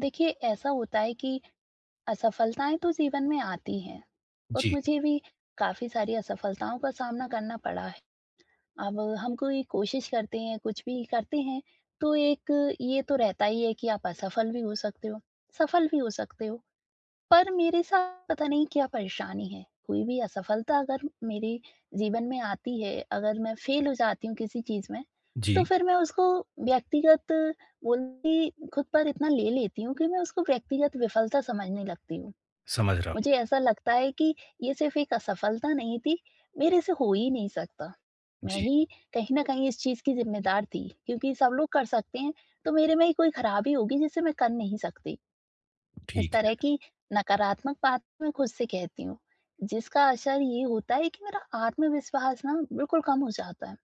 देखिए, ऐसा होता है कि असफलताएं तो जीवन में आती हैं और जी, मुझे भी काफी सारी असफलताओं का सामना करना पड़ा है। अब हम कोई कोशिश करते हैं, कुछ भी करते हैं तो एक ये तो रहता ही है कि आप असफल भी हो सकते हो, सफल भी हो सकते हो। पर मेरे साथ पता नहीं क्या परेशानी है, कोई भी असफलता अगर मेरे जीवन में आती है, अगर मैं फ़ेल हो जाती हूँ किसी चीज़ में, तो जी, फिर मैं उसको व्यक्तिगत बोलती खुद पर इतना ले लेती हूँ कि मैं उसको व्यक्तिगत विफलता समझने लगती हूँ। समझ रहा मुझे हूँ। ऐसा लगता है कि ये सिर्फ़ एक असफलता नहीं थी, मेरे से हो ही नहीं सकता। मैं जी, ही कहीं न कहीं इस चीज़ की ज़िम्मेदार थी, क्योंकि सब लोग कर सकते हैं, तो मेरे में ही कोई खराबी होगी जिसे मैं कर नहीं सकती। इस ठीक तरह है। की नकारात्मक बातें मैं खुद से कहती हूँ, जिसका असर ये होता है कि मेरा आत्मविश्वास ना बिल्कुल कम हो जाता है।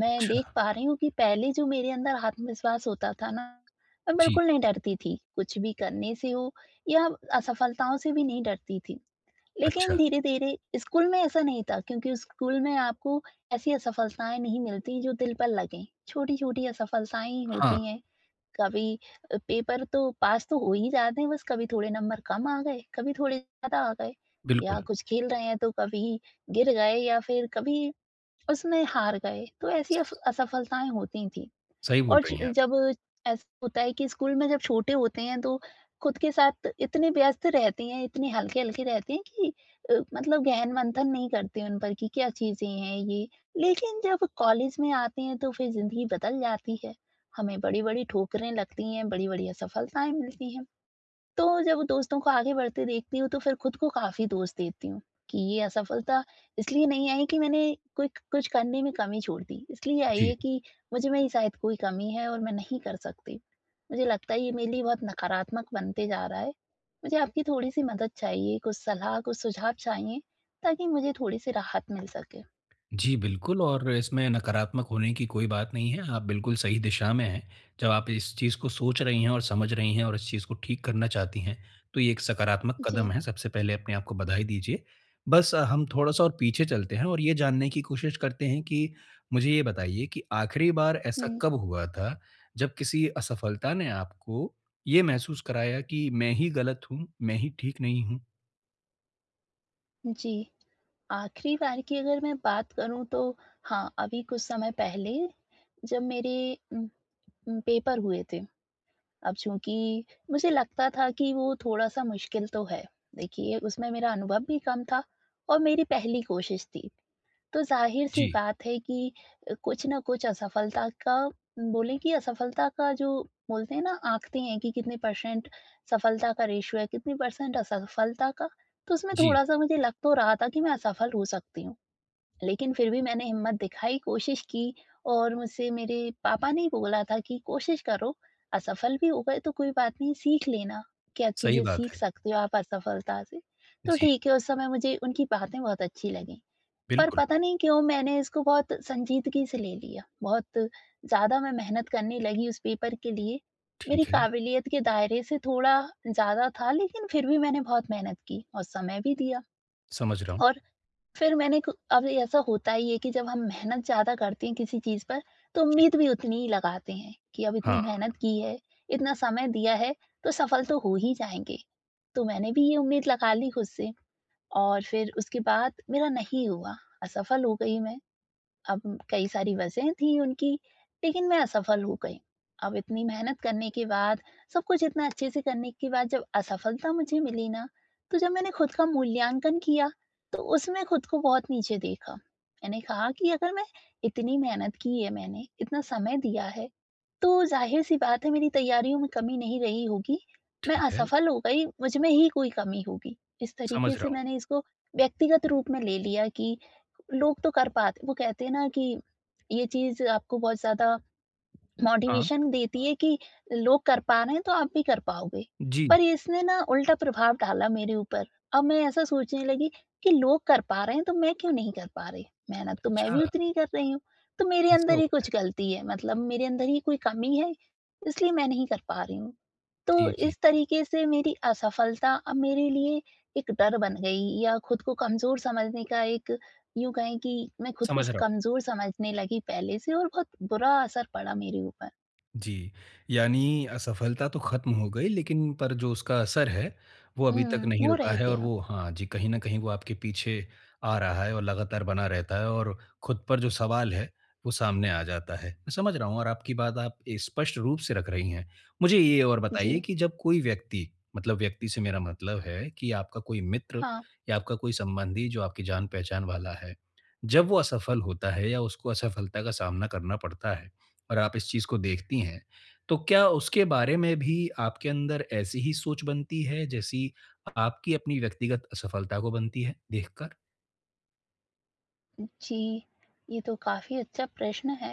मैं अच्छा, देख पा रही हूँ कि पहले जो मेरे अंदर आत्मविश्वास होता था ना, मैं जी, बिल्कुल नहीं डरती थी, कुछ भी करने से हो या असफलताओं से भी नहीं डरती थी। लेकिन अच्छा। धीरे-धीरे स्कूल में ऐसा नहीं था क्योंकि स्कूल में आपको ऐसी असफलताएँ नहीं मिलती जो दिल पर लगें, छोटी-छोटी असफलताएँ ही हाँ, होती हैं। कभी पेपर तो पास तो हो ही जाते हैं, बस कभी थोड़े नंबर कम आ गए, कभी थोड़े ज़्यादा आ गए या बिल्कुल। कुछ खेल रहे हैं तो कभी गिर गए या फिर कभी उसमें हार गए, तो ऐसी अफ असफलताएँ होती थीं। सही बोल और ज रही हैं आप। जब ऐसा होता है कि स्कूल में जब छोटे होते हैं तो खुद के साथ इतने व्यस्त रहते हैं, इतने हल्के-हल्के रहते हैं कि मतलब गहन मंथन नहीं करते उन पर कि क्या चीज़ें हैं ये। लेकिन जब कॉलेज में आते हैं तो फिर ज़िंदगी बदल जाती है। हमें बड़ी-बड़ी ठोकरें लगती हैं, बड़ी-बड़ी असफलताएँ मिलती हैं। तो जब दोस्तों को आगे बढ़ते देखती हूँ, तो फिर खुद को काफ़ी दोष देती हूँ कि ये असफलता इसलिए नहीं आई कि मैंने कोई कुछ करने में कमी छोड़ दी, इसलिए आई जी। है कि मुझ में ही शायद कोई कमी है और मैं नहीं कर सकती। मुझे लगता है ये मेरे लिए बहुत नकारात्मक बनते जा रहा है। मुझे आपकी थोड़ी-सी मदद चाहिए, कुछ सलाह, कुछ सुझाव चाहिए ताकि मुझे थोड़ी-सी राहत मिल सके। जी, बिल्कुल और इसमें नकारात्मक होने की कोई बात नहीं है, आप बिल्कुल सही दिशा में हैं। जब आप इस चीज़ को सोच रही हैं और समझ रही हैं और इस चीज़ को ठीक करना चाहती हैं, तो ये एक सकारात्मक जी। कदम है, सबसे पहले अपने आप को बधाई दीजिए। बस हम थोड़ा-सा और पीछे चलते हैं और ये जानने की कोशिश करते हैं कि मुझे ये बताइए कि आखिरी बार ऐसा हुँ, कब हुआ था, जब किसी असफलता ने आपको ये महसूस कराया कि मैं ही गलत हूँ, मैं ही ठीक नहीं हूँ? जी। आखिरी बार की अगर मैं बात करूँ तो हाँ, अभी कुछ समय पहले जब मेरे पेपर हुए थे। अब चूँकि मुझे लगता था कि वो थोड़ा-सा मुश्किल तो है। देखिए, उसमें मेरा अनुभव भी कम था और मेरी पहली कोशिश थी। तो ज़ाहिर-सी जी, बात है कि कुछ न कुछ असफलता का, बोलें कि असफलता का जो बोलते हैं ना आँकते हैं कि कितने परसेंट सफलता का रेश्यो है, कितने परसेंट असफलता का, तो उसमें जी, थोड़ा-सा मुझे लग तो रहा था कि मैं असफल हो सकती हूँ। लेकिन फिर भी मैंने हिम्मत दिखाई, कोशिश की और मुझसे मेरे पापा ने ही बोला था कि कोशिश करो, असफल भी हो गए तो कोई बात नहीं, सीख लेना। क्या सही चीज़ें बात सीख है। सकते हो आप असफलता से। तो जी, ठीक है, उस समय मुझे उनकी बातें बहुत अच्छी लगीं। पर बिल्कुल, पता नहीं क्यों मैंने इसको बहुत संजीदगी से ले लिया। बहुत ज़्यादा मैं मेहनत करने लगी उस पेपर के लिए। मेरी ठीक है। काबिलियत के दायरे से थोड़ा ज़्यादा था, लेकिन फिर भी मैंने बहुत मेहनत की और समय भी दिया समझ रहा हूँ। और फिर मैंने क अब ऐसा होता ही है कि जब हम मेहनत ज़्यादा करते हैं किसी चीज़ पर, तो जी। उम्मीद भी उतनी ही लगाते हैं कि अब इतनी हाँ, मेहनत की है, इतना समय दिया है, तो सफल तो हो ही जाएँगे। तो मैंने भी ये उम्मीद लगा ली खुद से और फिर उसके बाद मेरा नहीं हुआ, असफल हो गई मैं। अब कई सारी वजहें थी उनकी, लेकिन मैं असफल हो गई। अब इतनी मेहनत करने के बाद, सब कुछ इतना अच्छे से करने के बाद जब असफलता मुझे मिली ना, तो जब मैंने खुद का मूल्यांकन किया, तो उसमें खुद को बहुत नीचे देखा। मैंने कहा कि अगर मैं इतनी मेहनत की है मैंने, इतना समय दिया है, तो ज़ाहिर-सी बात है मेरी तैयारियों में कमी नहीं रही होगी। मैं ठीक है, असफल हो गई, मुझ में ही कोई कमी होगी। इस तरीके समझ से रहा हूँ। मैंने इसको व्यक्तिगत रूप में ले लिया कि लोग तो कर पाते, वो कहते हैं ना कि ये चीज़ आपको बहुत ज़्यादा हाँ, मोटिवेशन देती है कि लोग कर पा रहे हैं तो आप भी कर पाओगे। जी, पर इसने ना उल्टा प्रभाव डाला मेरे ऊपर। अब मैं ऐसा सोचने लगी कि लोग कर पा रहे हैं तो मैं क्यों नहीं कर पा रही? मेहनत तो मैं अच्छा, भी उतनी ही कर रही हूँ। तो मेरे ऐसा अंदर ही होता है। कुछ गलती है, मतलब मेरे अंदर ही कोई कमी है, इसलिए मैं नहीं कर पा रही हूँ। तो जी, जी, इस तरीके से मेरी असफलता अब मेरे लिए एक डर बन गई या खुद को कमज़ोर समझने का एक, यूँ कहें कि मैं खुद को समझ रहा हूँ। कमज़ोर समझने लगी पहले से और बहुत बुरा असर पड़ा मेरे ऊपर। जी, यानी असफलता तो ख़त्म हो गई लेकिन पर जो उसका असर है, वो अभी तक हुँ, नहीं वो रुका रह है और गया। वो हाँ जी, कहीं न कहीं वो आपके पीछे आ रहा है और लगातार बना रहता है और खुद पर जो सवाल है, वो सामने आ जाता है। मैं समझ रहा हूँ और आपकी बात आप स्पष्ट रूप से रख रही हैं। मुझे ये और जी, बताइए कि जब कोई व्यक्ति, मतलब व्यक्ति से मेरा मतलब है कि आपका कोई मित्र हाँ। या आपका कोई संबंधी जो आपकी जान-पहचान वाला है, जब वो असफल होता है या उसको असफलता का सामना करना पड़ता है और आप इस चीज़ को देखती हैं, तो क्या उसके बारे में भी आपके अंदर ऐसी ही सोच बनती है जैसी आपकी अपनी व्यक्तिगत असफलता को बनती है देखकर? जी, ये तो काफ़ी अच्छा प्रश्न है।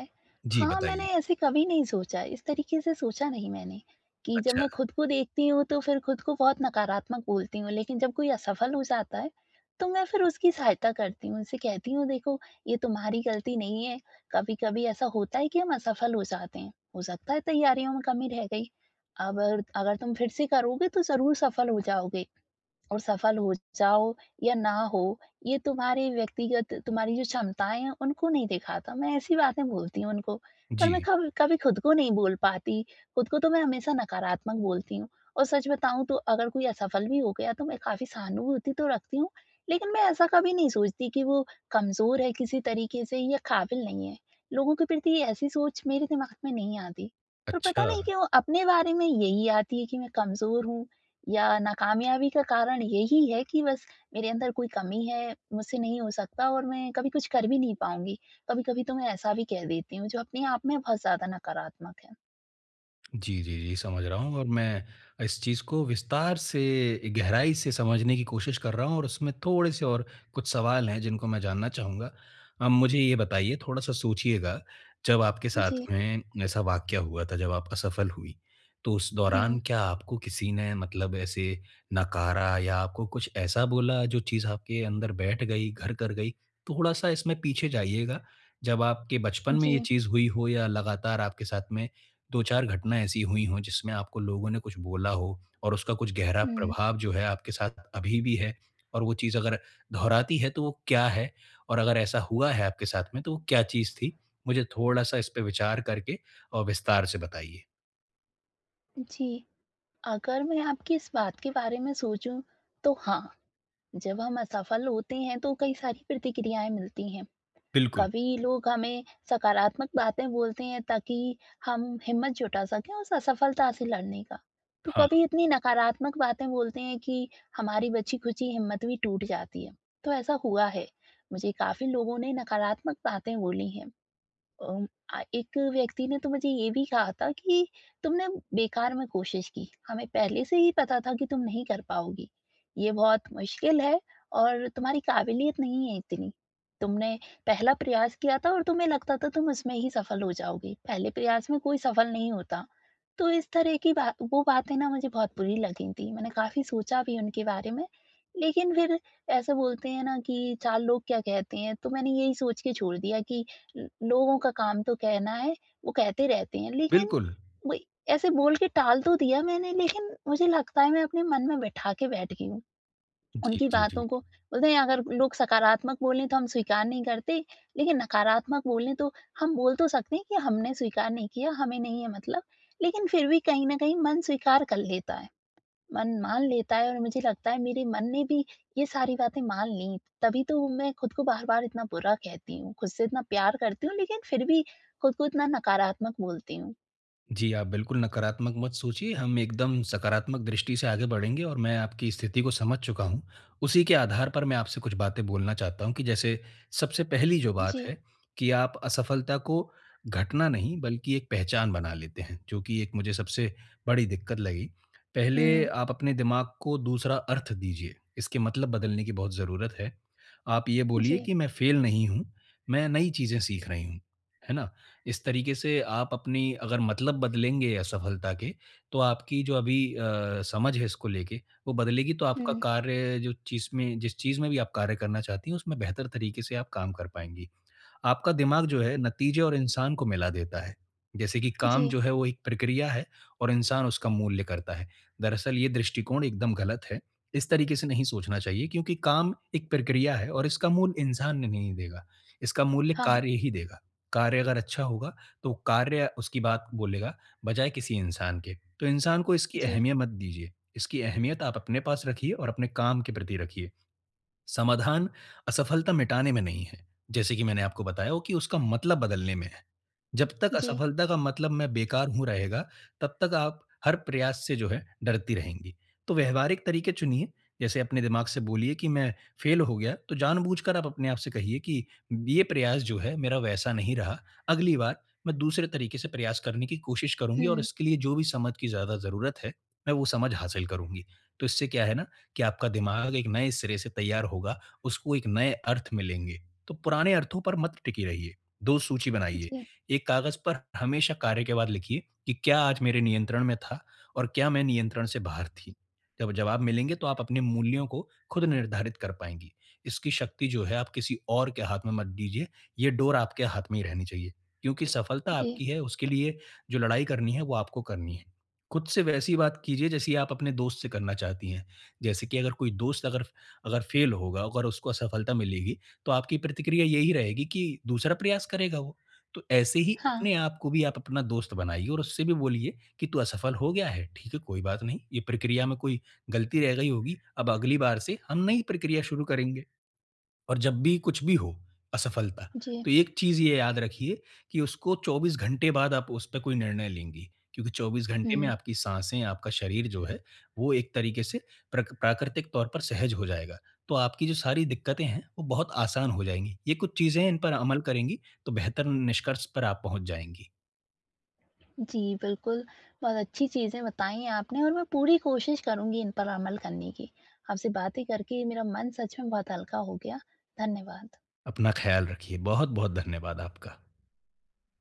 जी, हाँ, मैंने बताइए। ऐसे कभी नहीं सोचा, इस तरीके से सोचा नहीं मैंने कि जब अच्छा, मैं खुद को देखती हूँ तो फिर खुद को बहुत नकारात्मक बोलती हूँ, लेकिन जब कोई असफल हो जाता है, तो मैं फिर उसकी सहायता करती हूँ, उनसे कहती हूँ देखो ये तुम्हारी गलती नहीं है, कभी-कभी ऐसा होता है कि हम असफल हो जाते हैं, हो सकता है तैयारियों में कमी रह गई। अब अगर तुम फिर से करोगे तो ज़रूर सफल हो जाओगे। और सफल हो जाओ या ना हो, ये तुम्हारी व्यक्तिगत, तुम्हारी जो क्षमताएँ हैं, उनको नहीं दिखाता। मैं ऐसी बातें बोलती हूँ उनको, पर मैं जी। कभ कभी खुद को नहीं बोल पाती। खुद को तो मैं हमेशा नकारात्मक बोलती हूँ और सच बताऊँ तो अगर कोई असफल भी हो गया, तो मैं काफ़ी सहानुभूति तो रखती हूँ, लेकिन मैं ऐसा कभी नहीं सोचती कि वो कमज़ोर है किसी तरीके से या काबिल नहीं है। लोगों के प्रति ऐसी सोच मेरे दिमाग में नहीं आती। पर पता अच्छा। नहीं क्यों अपने बारे में यही आती है कि मैं कमज़ोर हूँ या नाकामयाबी का कारण यही है कि बस मेरे अंदर कोई कमी है, मुझसे नहीं हो सकता और मैं कभी कुछ कर भी नहीं पाऊँगी। कभी-कभी तो मैं ऐसा भी कह देती हूँ, जो अपने आप में बहुत ज़्यादा नकारात्मक है। जी, जी, जी, समझ रहा हूँ और मैं इस चीज़ को विस्तार से, गहराई से समझने की कोशिश कर रहा हूँ और उसमें थोड़े-से और कुछ सवाल हैं जिनको मैं जानना चाहूँगा। मुझे ये बताइए, थोड़ा-सा सोचिएगा, जब आपके साथ जी। में ऐसा वाक़या हुआ था, जब आप असफल हुईं, तो उस हुँ। दौरान क्या आपको किसी ने मतलब ऐसे नकारा या आपको कुछ ऐसा बोला जो चीज़ आपके अंदर बैठ गई, घर कर गई? थोड़ा-सा इसमें पीछे जाइएगा, जब आपके बचपन में ये जी। चीज़ हुई हो या लगातार आपके साथ में 2-4 घटना ऐसी हुई हों जिसमें आपको लोगों ने कुछ बोला हो और उसका कुछ गहरा हुँ। प्रभाव जो है आपके साथ अभी भी है और वो चीज़ अगर दोहराती है तो वो क्या है? और अगर ऐसा हुआ है आपके साथ में तो वो क्या चीज़ थी? मुझे थोड़ा-सा इस पे विचार करके और विस्तार से बताइए। जी। अगर मैं आपकी इस बात के बारे में सोचूँ, तो हाँ, जब हम असफल होते हैं, तो कई सारी प्रतिक्रियाएँ मिलती हैं। बिल्कुल, कभी लोग हमें सकारात्मक बातें बोलते हैं ताकि हम हिम्मत जुटा सकें उस असफलता से लड़ने का। तो हाँ, कभी इतनी नकारात्मक बातें बोलते हैं कि हमारी बची-खुची हिम्मत भी टूट जाती है। तो ऐसा हुआ है। मुझे काफ़ी लोगों ने नकारात्मक बातें बोली हैं। अम, एक व्यक्ति ने तो मुझे ये भी कहा था कि तुमने बेकार में कोशिश की, हमें पहले से ही पता था कि तुम नहीं कर पाओगी, ये बहुत मुश्किल है और तुम्हारी काबिलियत नहीं है इतनी। तुमने पहला प्रयास किया था और तुम्हें लगता था तुम उसमें ही सफल हो जाओगी, पहले प्रयास में कोई सफल नहीं होता। तो इस तरह की बात, वो बातें ना मुझे बहुत बुरी लगी थी, मैंने काफी सोचा भी उनके बारे में। लेकिन फिर ऐसे बोलते हैं ना कि चार लोग क्या कहते हैं, तो मैंने यही सोच के छोड़ दिया कि ल लोगों का काम तो कहना है, वो कहते रहते हैं, लेकिन बिल्कुल। वही ऐसे बोल के टाल तो दिया मैंने, लेकिन मुझे लगता है मैं अपने मन में बिठा के बैठ गई हूँ। जी, उनकी जी, जी। बातों को, बोलते हैं अगर लोग सकारात्मक बोलें तो हम स्वीकार नहीं करते, लेकिन नकारात्मक बोलें तो हम बोल तो सकते हैं कि हमने स्वीकार नहीं किया, हमें नहीं है मतलब, लेकिन फिर भी कहीं न कहीं मन स्वीकार कर लेता है। मन मान लेता है और मुझे लगता है मेरे मन ने भी ये सारी बातें मान ली। तभी तो मैं खुद को बार-बार इतना बुरा कहती हूँ, खुद से इतना प्यार करती हूँ लेकिन फिर भी खुद को इतना नकारात्मक बोलती हूँ। जी, आप बिल्कुल नकारात्मक मत सोचिए, हम एकदम सकारात्मक दृष्टि से आगे बढ़ेंगे और मैं आपकी स्थिति को समझ चुका हूँ। उसी के आधार पर मैं आपसे कुछ बातें बोलना चाहता हूँ कि जैसे सबसे पहली जो बात जी। है कि आप असफलता को घटना नहीं बल्कि एक पहचान बना लेते हैं, जो कि एक मुझे सबसे बड़ी दिक्कत लगी। पहले हुँ। आप अपने दिमाग को दूसरा अर्थ दीजिए, इसके मतलब बदलने की बहुत ज़रूरत है। आप ये बोलिए जी। कि मैं फ़ेल नहीं हूँ, मैं नई चीज़ें सीख रही हूँ, है ना? इस तरीके से आप अपनी अगर मतलब बदलेंगे असफलता के, तो आपकी जो अभी समझ है इसको लेके, वो बदलेगी तो आपका हुँ। कार्य जो चीज़ में जिस चीज़ में भी आप कार्य करना चाहती हैं, उसमें बेहतर तरीके से आप काम कर पाएँगी। आपका दिमाग जो है नतीजे और इंसान को मिला देता है। जैसे कि काम जी। जो है वो एक प्रक्रिया है और इंसान उसका मूल्य करता है। दरअसल ये दृष्टिकोण एकदम गलत है। इस तरीके से नहीं सोचना चाहिए क्योंकि काम एक प्रक्रिया है और इसका मूल्य इंसान ने नहीं देगा। इसका मूल्य हाँ। कार्य ही देगा। कार्य अगर अच्छा होगा तो कार्य उसकी बात बोलेगा बजाय किसी इंसान के। तो इंसान को इसकी जी। अहमियत मत दीजिए। इसकी अहमियत आप अपने पास रखिए और अपने काम के प्रति रखिए। समाधान असफलता मिटाने में नहीं है, जैसे कि मैंने आपको बताया हो कि उसका मतलब बदलने में है। जब तक जी। असफलता का मतलब मैं बेकार हूँ रहेगा, तब तक आप हर प्रयास से जो है डरती रहेंगी। तो व्यावहारिक तरीके चुनिए, जैसे अपने दिमाग से बोलिए कि मैं फेल हो गया, तो जानबूझकर आप अपने आप से कहिए कि ये प्रयास जो है मेरा वैसा नहीं रहा, अगली बार मैं दूसरे तरीके से प्रयास करने की कोशिश करूँगी और हुँ। इसके लिए जो भी समझ की ज़्यादा ज़रूरत है, मैं वो समझ हासिल करूँगी। तो इससे क्या है ना कि आपका दिमाग एक नए सिरे से तैयार होगा, उसको एक नए अर्थ मिलेंगे। तो पुराने अर्थों पर मत टिके रहिए, 2 सूची बनाइए। जी। एक कागज़ पर हमेशा कार्य के बाद लिखिए कि क्या आज मेरे नियंत्रण में था और क्या मैं नियंत्रण से बाहर थी। जब जवाब मिलेंगे तो आप अपने मूल्यों को खुद निर्धारित कर पाएँगी। इसकी शक्ति जो है आप किसी और के हाथ में मत दीजिए, ये डोर आपके हाथ में ही रहनी चाहिए। क्योंकि सफलता जी। आपकी है, उसके लिए जो लड़ाई करनी है वो आपको करनी है। खुद से वैसी बात कीजिए जैसी आप अपने दोस्त से करना चाहती हैं। जैसे कि अगर कोई दोस्त अगर अगर फेल होगा, अगर उसको असफलता मिलेगी, तो आपकी प्रतिक्रिया यही रहेगी कि दूसरा प्रयास करेगा वो। तो ऐसे ही हाँ। अपने आप को भी आप अपना दोस्त बनाइए और उससे भी बोलिए कि तू असफल हो गया है, ठीक है, कोई बात नहीं। ये प्रक्रिया में कोई गलती रह गई होगी, अब अगली बार से हम नई प्रक्रिया शुरू करेंगे। और जब भी कुछ भी हो असफलता, जी। तो एक चीज़ ये याद रखिए कि उसको 24 घंटे बाद आप उस पे कोई निर्णय लेंगी। क्योंकि 24 घंटे में हुँ। आपकी साँसें, आपका शरीर जो है, वो एक तरीके से प्रक प्राकृतिक तौर पर सहज हो जाएगा। तो आपकी जो सारी दिक्कतें हैं, वो बहुत आसान हो जाएँगी। ये कुछ चीज़ें हैं, इन पर अमल करेंगी, तो बेहतर निष्कर्ष पर आप पहुँच जाएँगी। जी, बिल्कुल, बहुत अच्छी चीज़ें बताई हैं आपने और मैं पूरी कोशिश करूँगी इन पर अमल करने की। आपसे बातें करके मेरा मन सच में बहुत हल्का हो गया। धन्यवाद। अपना ख़्याल रखिए। बहुत-बहुत धन्यवाद आपका।